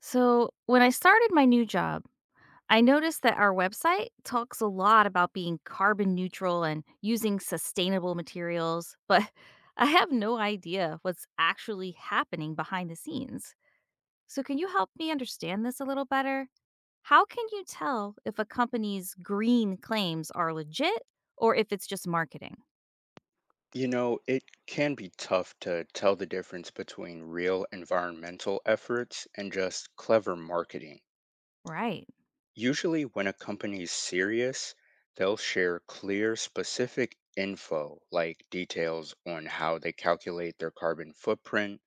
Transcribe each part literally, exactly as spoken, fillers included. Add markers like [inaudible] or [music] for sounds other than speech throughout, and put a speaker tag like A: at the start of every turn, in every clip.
A: So, when I started my new job, I noticed that our website talks a lot about being carbon neutral and using sustainable materials, but [laughs] I have no idea what's actually happening behind the scenes. So, can you help me understand this a little better? How can you tell if a company's green claims are legit or if it's just marketing?
B: You know, it can be tough to tell the difference between real environmental efforts and just clever marketing.
A: Right.
B: Usually, when a company is serious, they'll share clear, specific info like details on how they calculate their carbon footprint,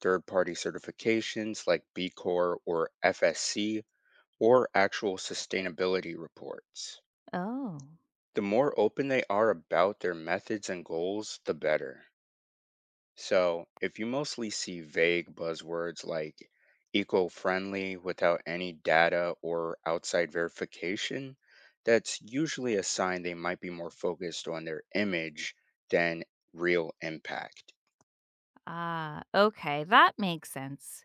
B: third party certifications like B Corp or F S C, or actual sustainability reports.
A: Oh,
B: The more open they are about their methods and goals, the better. So, if you mostly see vague buzzwords like eco friendly without any data or outside verification, that's usually a sign they might be more focused on their image than real impact.
A: ah, okay. That makes sense.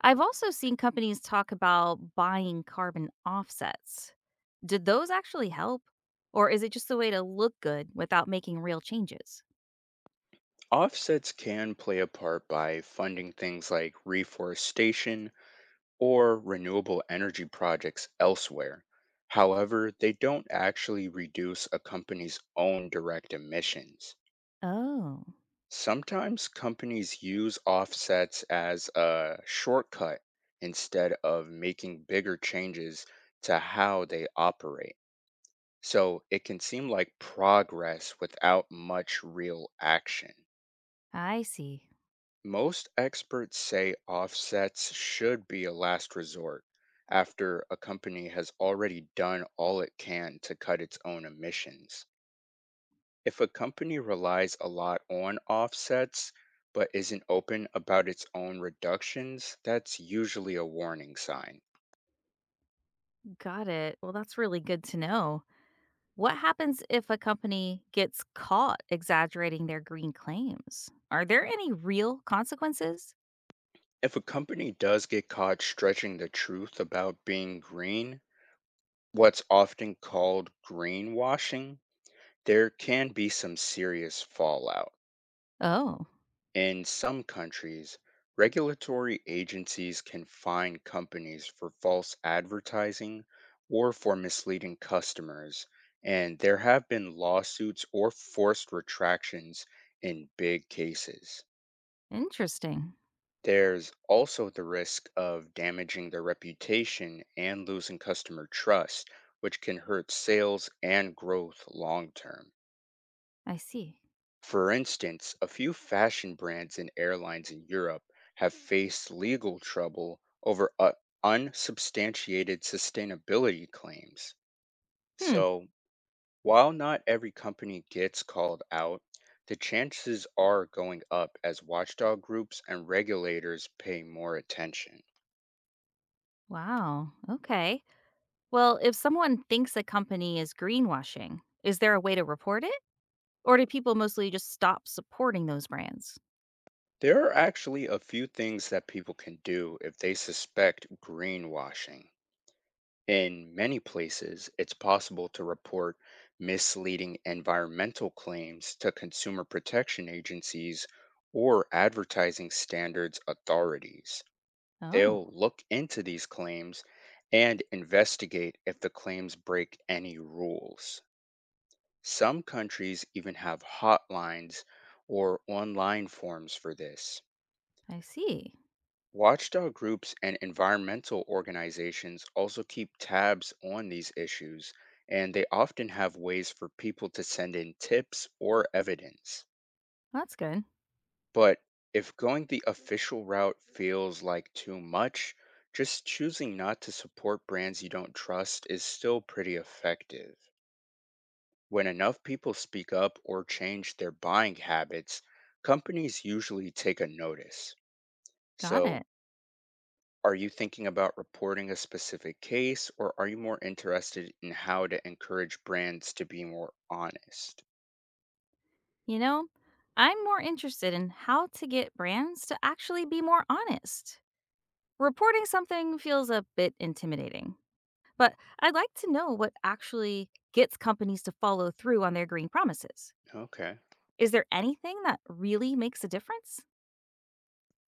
A: I've also seen companies talk about buying carbon offsets. Did those actually help? Or is it just a way to look good without making real changes?
B: Offsets can play a part by funding things like reforestation or renewable energy projects elsewhere. However, they don't actually reduce a company's own direct emissions.
A: Oh,
B: Sometimes companies use offsets as a shortcut instead of making bigger changes to how they operate. So it can seem like progress without much real action.
A: I see.
B: Most experts say offsets should be a last resort after a company has already done all it can to cut its own emissions. If a company relies a lot on offsets but isn't open about its own reductions, that's usually a warning sign.
A: Got it. Well, that's really good to know. What happens if a company gets caught exaggerating their green claims? Are there any real consequences?
B: If a company does get caught stretching the truth about being green, what's often called greenwashing, there can be some serious fallout.
A: Oh,
B: In some countries, regulatory agencies can fine companies for false advertising or for misleading customers, and there have been lawsuits or forced retractions in big cases.
A: interesting.
B: There's also the risk of damaging their reputation and losing customer trust, which can hurt sales and growth long term.
A: I see.
B: For instance, a few fashion brands and airlines in Europe have faced legal trouble over u- unsubstantiated sustainability claims.
A: Hmm.
B: So, while not every company gets called out, the chances are going up as watchdog groups and regulators pay more attention.
A: Wow. Okay. Well, if someone thinks a company is greenwashing, is there a way to report it? Or do people mostly just stop supporting those brands?
B: There are actually a few things that people can do if they suspect greenwashing. In many places, it's possible to report misleading environmental claims to consumer protection agencies or advertising standards authorities. They'll
A: Oh,
B: look into these claims and investigate if the claims break any rules. Some countries even have hotlines or online forms for this.
A: I see.
B: Watchdog groups and environmental organizations also keep tabs on these issues, and they often have ways for people to send in tips or evidence.
A: That's good.
B: But if going the official route feels like too much, just choosing not to support brands you don't trust is still pretty effective. When enough people speak up or change their buying habits, companies usually take a notice.
A: Got it.
B: So, are you thinking about reporting a specific case, or are you more interested in how to encourage brands to be more honest?
A: You know, I'm more interested in how to get brands to actually be more honest. Reporting something feels a bit intimidating, but I'd like to know what actually gets companies to follow through on their green promises.
B: Okay.
A: Is there anything that really makes a difference?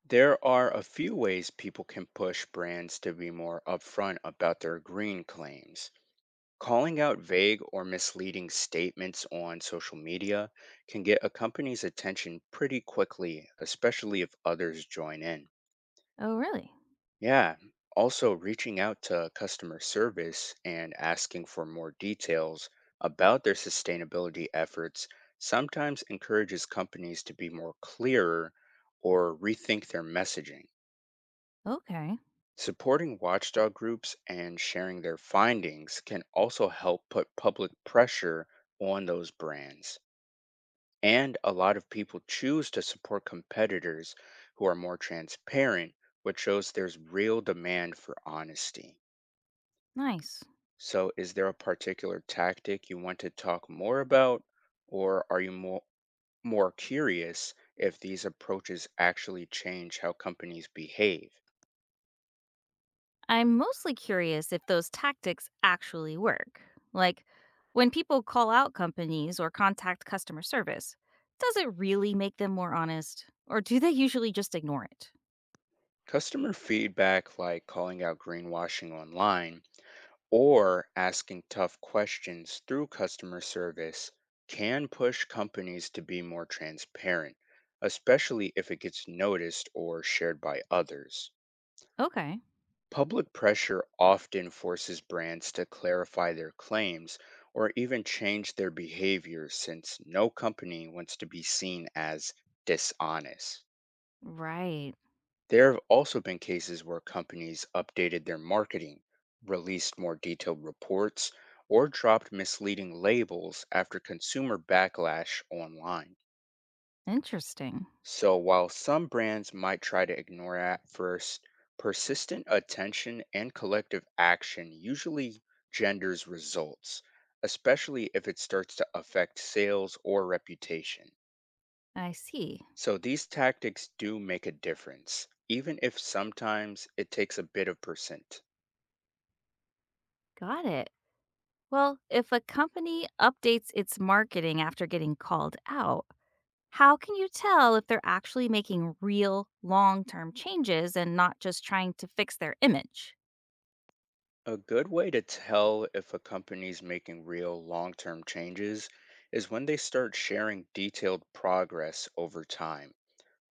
B: There are a few ways people can push brands to be more upfront about their green claims. Calling out vague or misleading statements on social media can get a company's attention pretty quickly, especially if others join in.
A: Oh, really?
B: Yeah. Also, reaching out to customer service and asking for more details about their sustainability efforts sometimes encourages companies to be more clearer or rethink their messaging.
A: Okay,
B: Supporting watchdog groups and sharing their findings can also help put public pressure on those brands. And a lot of people choose to support competitors who are more transparent, which shows there's real demand for honesty.
A: nice.
B: So, is there a particular tactic you want to talk more about, or are you more more curious if these approaches actually change how companies behave?
A: I'm mostly curious if those tactics actually work. Like, when people call out companies or contact customer service, does it really make them more honest, or do they usually just ignore it?
B: Customer feedback like calling out greenwashing online or asking tough questions through customer service can push companies to be more transparent, especially if it gets noticed or shared by others.
A: Okay.
B: Public pressure often forces brands to clarify their claims or even change their behavior since no company wants to be seen as dishonest.
A: Right.
B: There have also been cases where companies updated their marketing, released more detailed reports, or dropped misleading labels after consumer backlash online.
A: Interesting.
B: So while some brands might try to ignore it at first, persistent attention and collective action usually genders results, especially if it starts to affect sales or reputation.
A: I see.
B: So these tactics do make a difference, even if sometimes it takes a bit of percent.
A: Got it. Well, if a company updates its marketing after getting called out, how can you tell if they're actually making real long term changes and not just trying to fix their image?
B: A good way to tell if a company's making real long term changes is when they start sharing detailed progress over time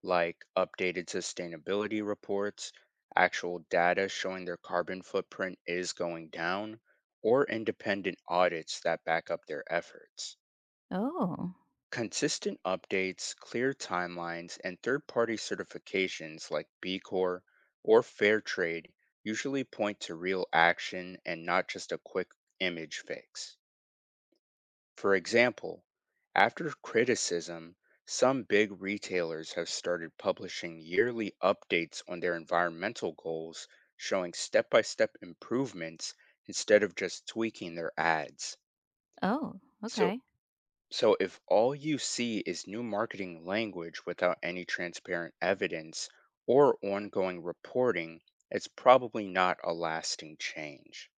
B: like updated sustainability reports, actual data showing their carbon footprint is going down, or independent audits that back up their efforts.
A: Oh,
B: Consistent updates, clear timelines, and third party certifications like B Corp or Fair Trade usually point to real action and not just a quick image fix. For example, after criticism, some big retailers have started publishing yearly updates on their environmental goals, showing step by step improvements instead of just tweaking their ads.
A: oh,
B: So,
A: okay.
B: so, if all you see is new marketing language without any transparent evidence or ongoing reporting, it's probably not a lasting change.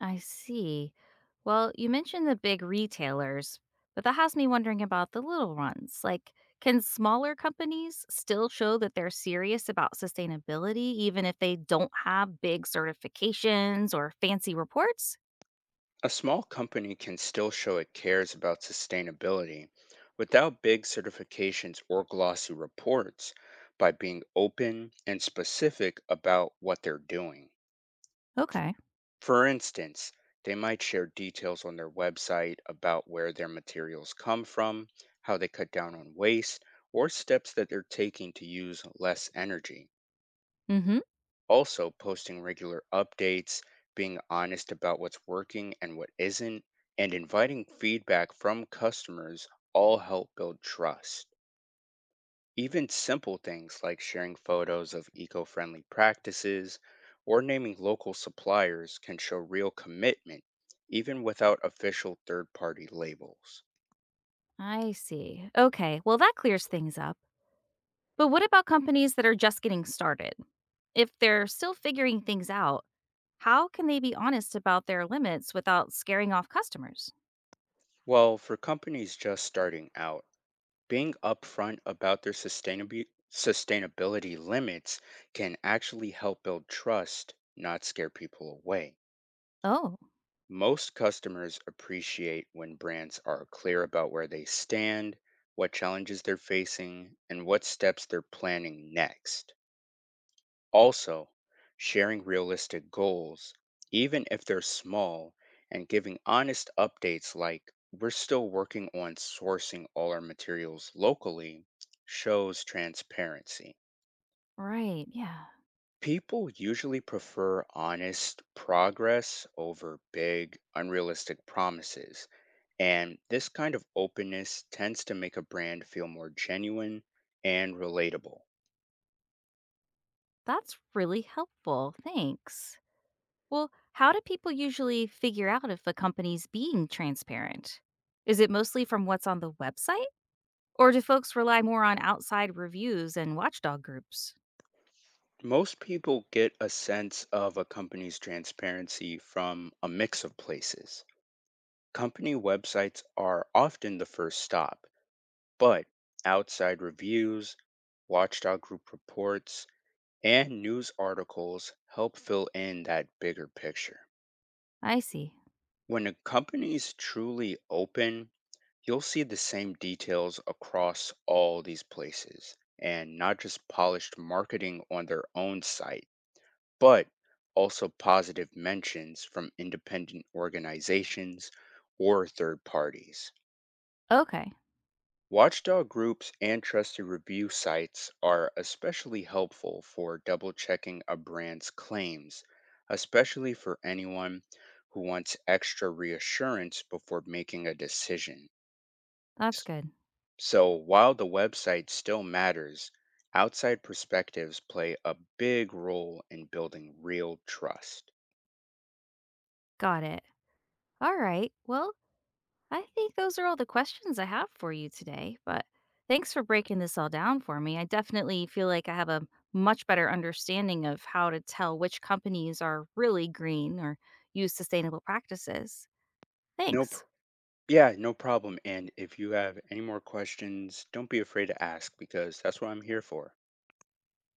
A: I see. Well, you mentioned the big retailers, but that has me wondering about the little ones. Like, can smaller companies still show that they're serious about sustainability, even if they don't have big certifications or fancy reports?
B: A small company can still show it cares about sustainability without big certifications or glossy reports by being open and specific about what they're doing.
A: Okay.
B: For instance, they might share details on their website about where their materials come from, how they cut down on waste, or steps that they're taking to use less energy.
A: Mm-hmm.
B: Also, posting regular updates, being honest about what's working and what isn't, and inviting feedback from customers all help build trust. Even simple things like sharing photos of eco friendly practices or naming local suppliers can show real commitment, even without official third party labels.
A: I see. Okay. Well, that clears things up. But what about companies that are just getting started? If they're still figuring things out, how can they be honest about their limits without scaring off customers?
B: Well, for companies just starting out, being upfront about their sustainability sustainability limits can actually help build trust, not scare people away.
A: Oh.
B: Most customers appreciate when brands are clear about where they stand, what challenges they're facing, and what steps they're planning next. Also, sharing realistic goals, even if they're small, and giving honest updates like, we're still working on sourcing all our materials locally, shows transparency.
A: Right. Yeah.
B: People usually prefer honest progress over big, unrealistic promises. And this kind of openness tends to make a brand feel more genuine and relatable.
A: That's really helpful. Thanks. Well, how do people usually figure out if a company's being transparent? Is it mostly from what's on the website? Or do folks rely more on outside reviews and watchdog groups?
B: Most people get a sense of a company's transparency from a mix of places. Company websites are often the first stop, but outside reviews, watchdog group reports, and news articles help fill in that bigger picture.
A: I see.
B: When a company's truly open, you'll see the same details across all these places and not just polished marketing on their own site, but also positive mentions from independent organizations or third parties.
A: Okay.
B: Watchdog groups and trusted review sites are especially helpful for double checking a brand's claims, especially for anyone who wants extra reassurance before making a decision.
A: That's
B: S-
A: good.
B: So, while the website still matters, outside perspectives play a big role in building real trust.
A: Got it. All right. Well, I think those are all the questions I have for you today, but thanks for breaking this all down for me. I definitely feel like I have a much better understanding of how to tell which companies are really green or use sustainable practices.
B: No
A: Thanks.
B: Yeah, no problem. And if you have any more questions, don't be afraid to ask because that's what I'm here for.